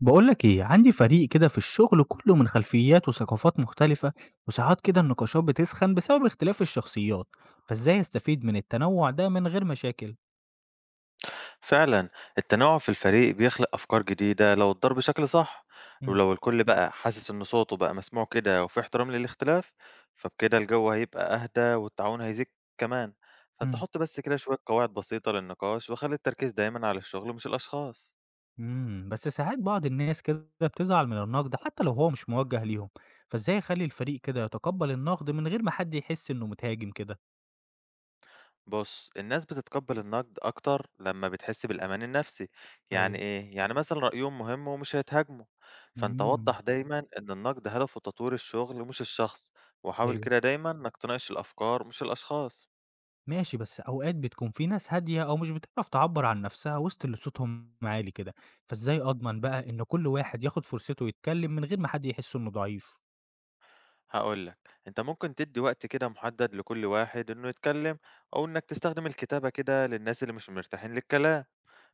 بقولك ايه، عندي فريق كده في الشغل كله من خلفيات وثقافات مختلفة، وساعات كده النقاشات بتسخن بسبب اختلاف الشخصيات. فازاي استفيد من التنوع ده من غير مشاكل؟ فعلا. التنوع في الفريق بيخلق أفكار جديدة لو اتدار بشكل صح، مم. ولو الكل بقى حاسس إن صوته بقى مسموع كده وفي احترام للاختلاف، فبكده الجو هيبقى أهدى والتعاون هيزيد كمان. فأنت مم. حط بس كده شوية قواعد بسيطة للنقاش وخلي التركيز دايما على الشغل مش الأشخاص. مم. بس ساعات بعض الناس كده بتزعل من النقد حتى لو هو مش موجه ليهم. فازاي اخلي الفريق كده يتقبل النقد من غير ما حد يحس انه متهاجم كده؟ بُص، الناس بتتقبّل النقد أكتر لمّا بتحس بالأمان النفسي، ايوه. يعني إيه؟ يعني مثلًا رأيهم مهم ومش هيتهاجموا، فأنت مم. وضّح دايمًا إن النقد هدفه تطوير الشغل مش الشخص، وحاول ايوه. كده دايمًا إنك تناقش الأفكار مش الأشخاص. ماشي، بس أوقات بتكون في ناس هادية أو مش بتعرف تعبّر عن نَفْسها وسط اللي صوتهم عالي كده، فإزاي أضمن بقى إن كل واحد ياخد فرصته يتكلّم من غير ما حد يحس إنه ضعيف؟ هاقول لك، أنت ممكن تدّي وقت كده محدد لكل واحد إنه يتكلم، أو إنك تستخدم الكتابة كده للناس اللي مش مرتاحين للكلام،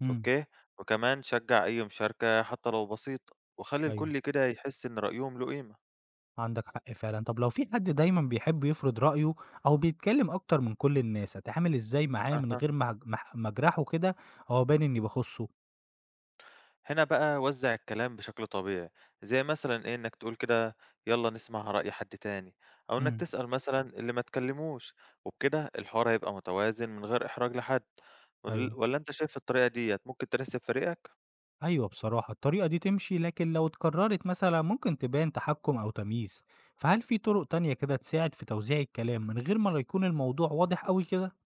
إمم. أوكي؟ وكمان شجّع أي مشاركة حتى لو بسيطة، وخلّي أيوه، الكل كده يحس إن رأيهم له قيمة. عندك حق فعلًا. طَب لو في حد دايمًا بيحب يفرض رأيه أو بيتكلّم أكتر من كل الناس، أتعامل إزاي معاه من أها. غير ما أج ما أح ما أجرحه كده أو أبان إنّي باخُصّه؟ هنا بقى وزّع الكلام بشكل طبيعي، زي مثلًا إنّك تقول كده يالّا نسمع رأي حد تاني، أو إنّك إمم. تسأل مثلًا اللي ما اتكلّموش، وبكده الحوار هيبقى متوازن من غير إحراج لحد، ول أيوه. والّا أنت شايف الطريقة ديّة ممكن تناسب فريقك؟ أيوة بصراحة الطريقة دي تمشي، لكن لو اتكررت مثلا ممكن تبان تحكم أو تمييز. فهل في طرق تانية كده تساعد في توزيع الكلام من غير ما يكون الموضوع واضح أوي كده؟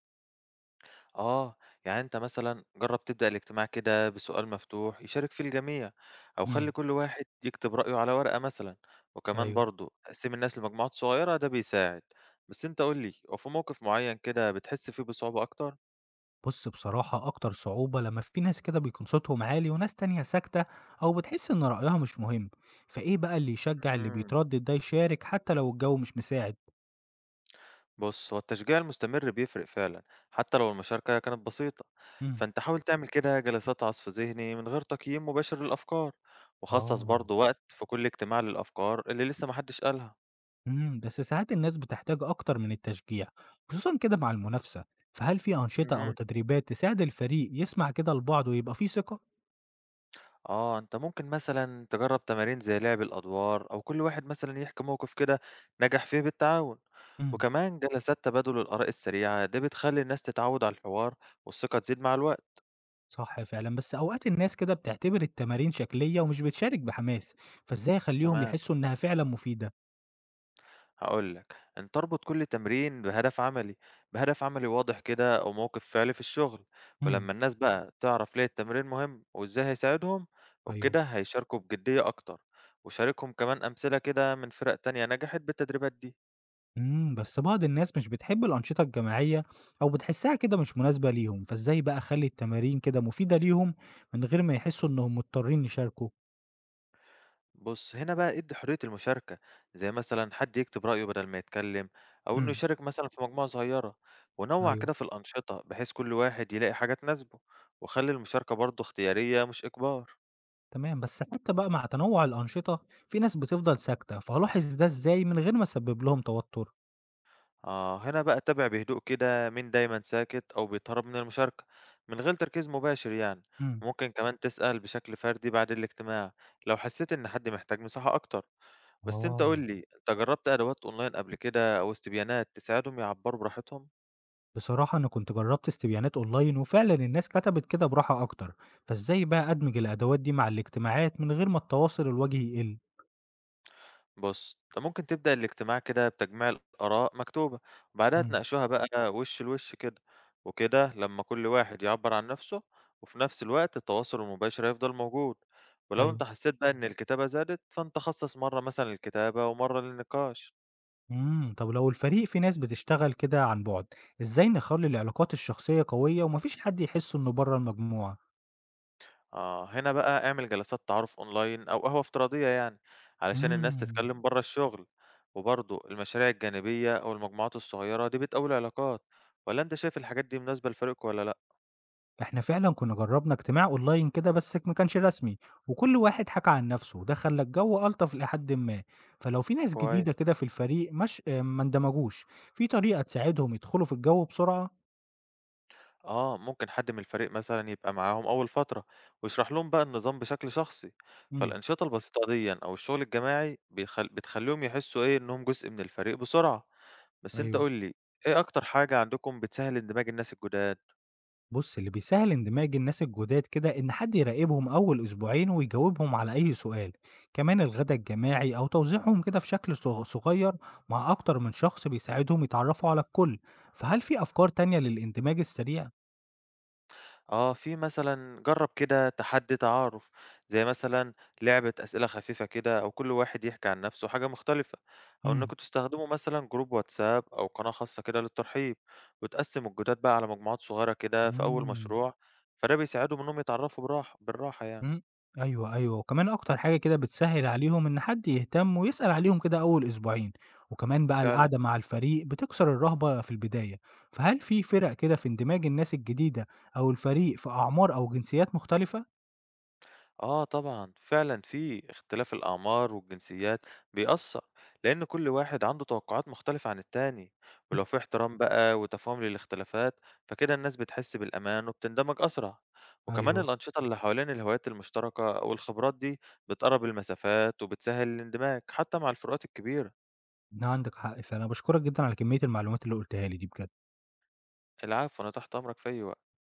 آه، يعني أنت مثلًا جرّب تبدأ الاجتماع كده بسؤال مفتوح يشارك فيه الجميع، أو خلّي امم. كل واحد يكتب رأيه على ورقة مثلًا، وكمان أيوة. برضه قسّم الناس لمجموعات صغيّرة ده بيساعد. بس أنت قُل لي، هو في موقف معيّن كده بتحس فيه بصعوبة أكتر؟ بص بصراحة أكتر صعوبة لما في ناس كده بيكون صوتهم عالي وناس تانية ساكتة، أو بتحس إن رأيها مش مهم. فإيه بقى اللي يشجع اللي اهم. بيتردد ده يشارك حتى لو الجو مش مساعد؟ بُص، هو التشجيع المستمر بيفرق فعلًا، حتى لو المشاركة كانت بسيطة، امم. فأنت حاول تعمل كده جلسات عصف ذهني من غير تقييم مباشر للأفكار، وخصص آه. برضه وقت في كل اجتماع للأفكار اللي لسه ما حدش قالها. امم، بس ساعات الناس بتحتاج أكتر من التشجيع، خصوصا كده مع المنافسة. فهل في أنشطة أو اهم. تدريبات تساعد الفريق يسمع كده لبعض ويبقى فيه ثقة؟ آه، أنت ممكن مثلًا تجرب تمارين زي لعب الأدوار، أو كل واحد مثلًا يحكي موقف كده نجح فيه بالتعاون، امم. وكمان جلسات تبادل الآراء السريعة، دي بتخلي الناس تتعود على الحوار والثقة تزيد مع الوقت. صح فعلا، بس أوقات الناس كده بتعتبر التمارين شكلية ومش بتشارك بحماس. فإزاي أخليهم تمام. يحسوا إنها فعلا مفيدة؟ هاقول لك، أن تربط كل تمرين بهدف عملي واضح كده أو موقف فعلي في الشغل، امم. ولمّا الناس بقى تعرف ليه التمرين مهم وإزاي هيساعدهم، أيوه. وبكده هيشاركوا بجدية أكتر، وشاركهم كمان أمثلة كده من فرق تانية نجحت بالتدريبات دي. امم، بس بعض الناس مش بتحب الأنشطة الجماعية أو بتحسها كده مش مناسبة ليهم. فإزاي بقى أخلي التمارين كده مفيدة ليهم من غير ما يحسوا إنهم مضطرين يشاركوا؟ بُص، هنا بقى ادّي حرية المشاركة، زي مثلًا حد يكتب رأيه بدل ما يتكلم، أو إنه امم. يشارك مثلًا في مجموعة صغيرة، ونوّع أيوه. كده في الأنشطة بحيث كل واحد يلاقي حاجة تناسبه، وخلّي المشاركة برضه اختيارية مش إجبار. تمام، بس حتى بقى مع تنوع الأنشطة في ناس بتفضل ساكتة، فهلاحظ ده ازاي من غير ما اسبب لهم توتر؟ آه، هنا بقى أتابع بهدوء كده مين دايما ساكت أو بيتهرب من المشاركة من غير تركيز مباشر يعني. امم. وممكن كمان تسأل بشكل فردي بعد الاجتماع لو حسيت إن حد محتاج مساحة أكتر. بس أنت قول اه. لي، أنت جربت أدوات أونلاين قبل كده أو استبيانات تساعدهم يعبروا براحتهم؟ بصراحة أنا كنت جربت استبيانات أونلاين وفعلا الناس كتبت كده براحة أكتر. فازاي بقى أدمج الأدوات دي مع الاجتماعات من غير ما التواصل الوجهي يقل؟ بُص، أنت ممكن تبدأ الاجتماع كده بتجميع الآراء مكتوبة، وبعدها امم. تناقشوها بقى وِش لوِش كده، وكده لمّا كل واحد يعبّر عن نَفْسه، وفي نَفْس الوقت التواصل المباشر هيفضل موجود، ولو أنت ايوه. حسّيت بقى إن الكتابة زادت، فأنت خصّص مرّة مثلًا للكتابة ومرّة للنقاش. امم، طب لو الفريق في ناس بتشتغل كده عن بعد، ازاي نخلي العلاقات الشخصية قوية ومفيش حد يحس انه بره المجموعة؟ آه، هنا بقى اعمل جلسات تعارُف أونلاين أو قهوة افتراضية يعني، علشان الناس امم. تتكلّم برّه الشغل، وبرضه المشاريع الجانبية أو المجموعات الصغيرة دي بتقوي العلاقات، والّا أنت شايف الحاجات دي مناسبة لفريقكم والّا لأ؟ إحنا فعلًا كنا جرّبنا اجتماع أونلاين كده بس ما كانش رسمي، وكل واحد حكى عن نفسه وده خلّى الجو ألطف إلى حدٍ ما، فلو في ناس جديدة كويس. كده في الفريق مش ما اندمجوش، في طريقة تساعدهم يدخلوا في الجو بسرعة؟ آه، ممكن حد من الفريق مثلًا يبقى معاهم أول فترة، ويشرح لهم بقى النظام بشكل شخصي، إمم. فالأنشطة البسيطة ديًا أو الشغل الجماعي بتخلّيهم يحسّوا إنهم جزء من الفريق بسرعة. بس أنت أيوه. قُل لي، إيه أكتر حاجة عندكم بتسهّل اندماج الناس الجداد؟ بُص، اللي بيسهّل اندماج الناس الجداد كده إن حد يراقبهم أول أسبوعين ويجاوبهم على أي سؤال، كمان الغدا الجماعي أو توزيعهم كده في شكل صغير مع أكتر من شخص بيساعدهم يتعرّفوا على الكل. فهل في أفكار تانية للاندماج السريع؟ آه، في مثلًا جرّب كده تحدّي تعارُف، زي مثلًا لعبة أسئلة خفيفة كده أو كل واحد يحكي عن نَفْسه حاجة مختلفة، أو إمم. إنّكم تستخدموا مثلًا جروب واتساب أو قناة خاصة كده للترحيب، وتقسّموا الجداد بقى على مجموعات صغيرة كده في أول إمم. مشروع، فده بيساعدهم إنّهم يتعرّفوا بالراحة يعني. إمم. أيوه، أيوه، وكمان أكتر حاجة كده بتسهّل عليهم إن حد يهتم ويسأل عليهم كده أول أسبوعين، وكمان بقى فعلًا. القعدة مع الفريق بتكسر الرهبة في البداية. فهل في فِرَق كده في اندماج الناس الجديدة أو الفريق في أعمار أو جنسيات مختلفة؟ آه طبعًا، فعلًا في اختلاف الأعمار والجنسيات بيأثّر، لإن كل واحد عنده توقعات مختلفة عن التاني، إمم. ولو في احترام بقى وتفاهم للاختلافات، فكده الناس بتحس بالأمان وبتندمج أسرع، وكمان أيوه، الأنشطة اللي حوالين الهوايات المشتركة أو الخبرات دي بتقرّب المسافات وبتسهّل الاندماج حتى مع الفروقات الكبيرة. ده عندك حق فعلًا، أنا باشكرك جدًا على كمية المعلومات اللي قُلتها لي دي بجد. العفو، أنا تحت أمرك في أي وقت.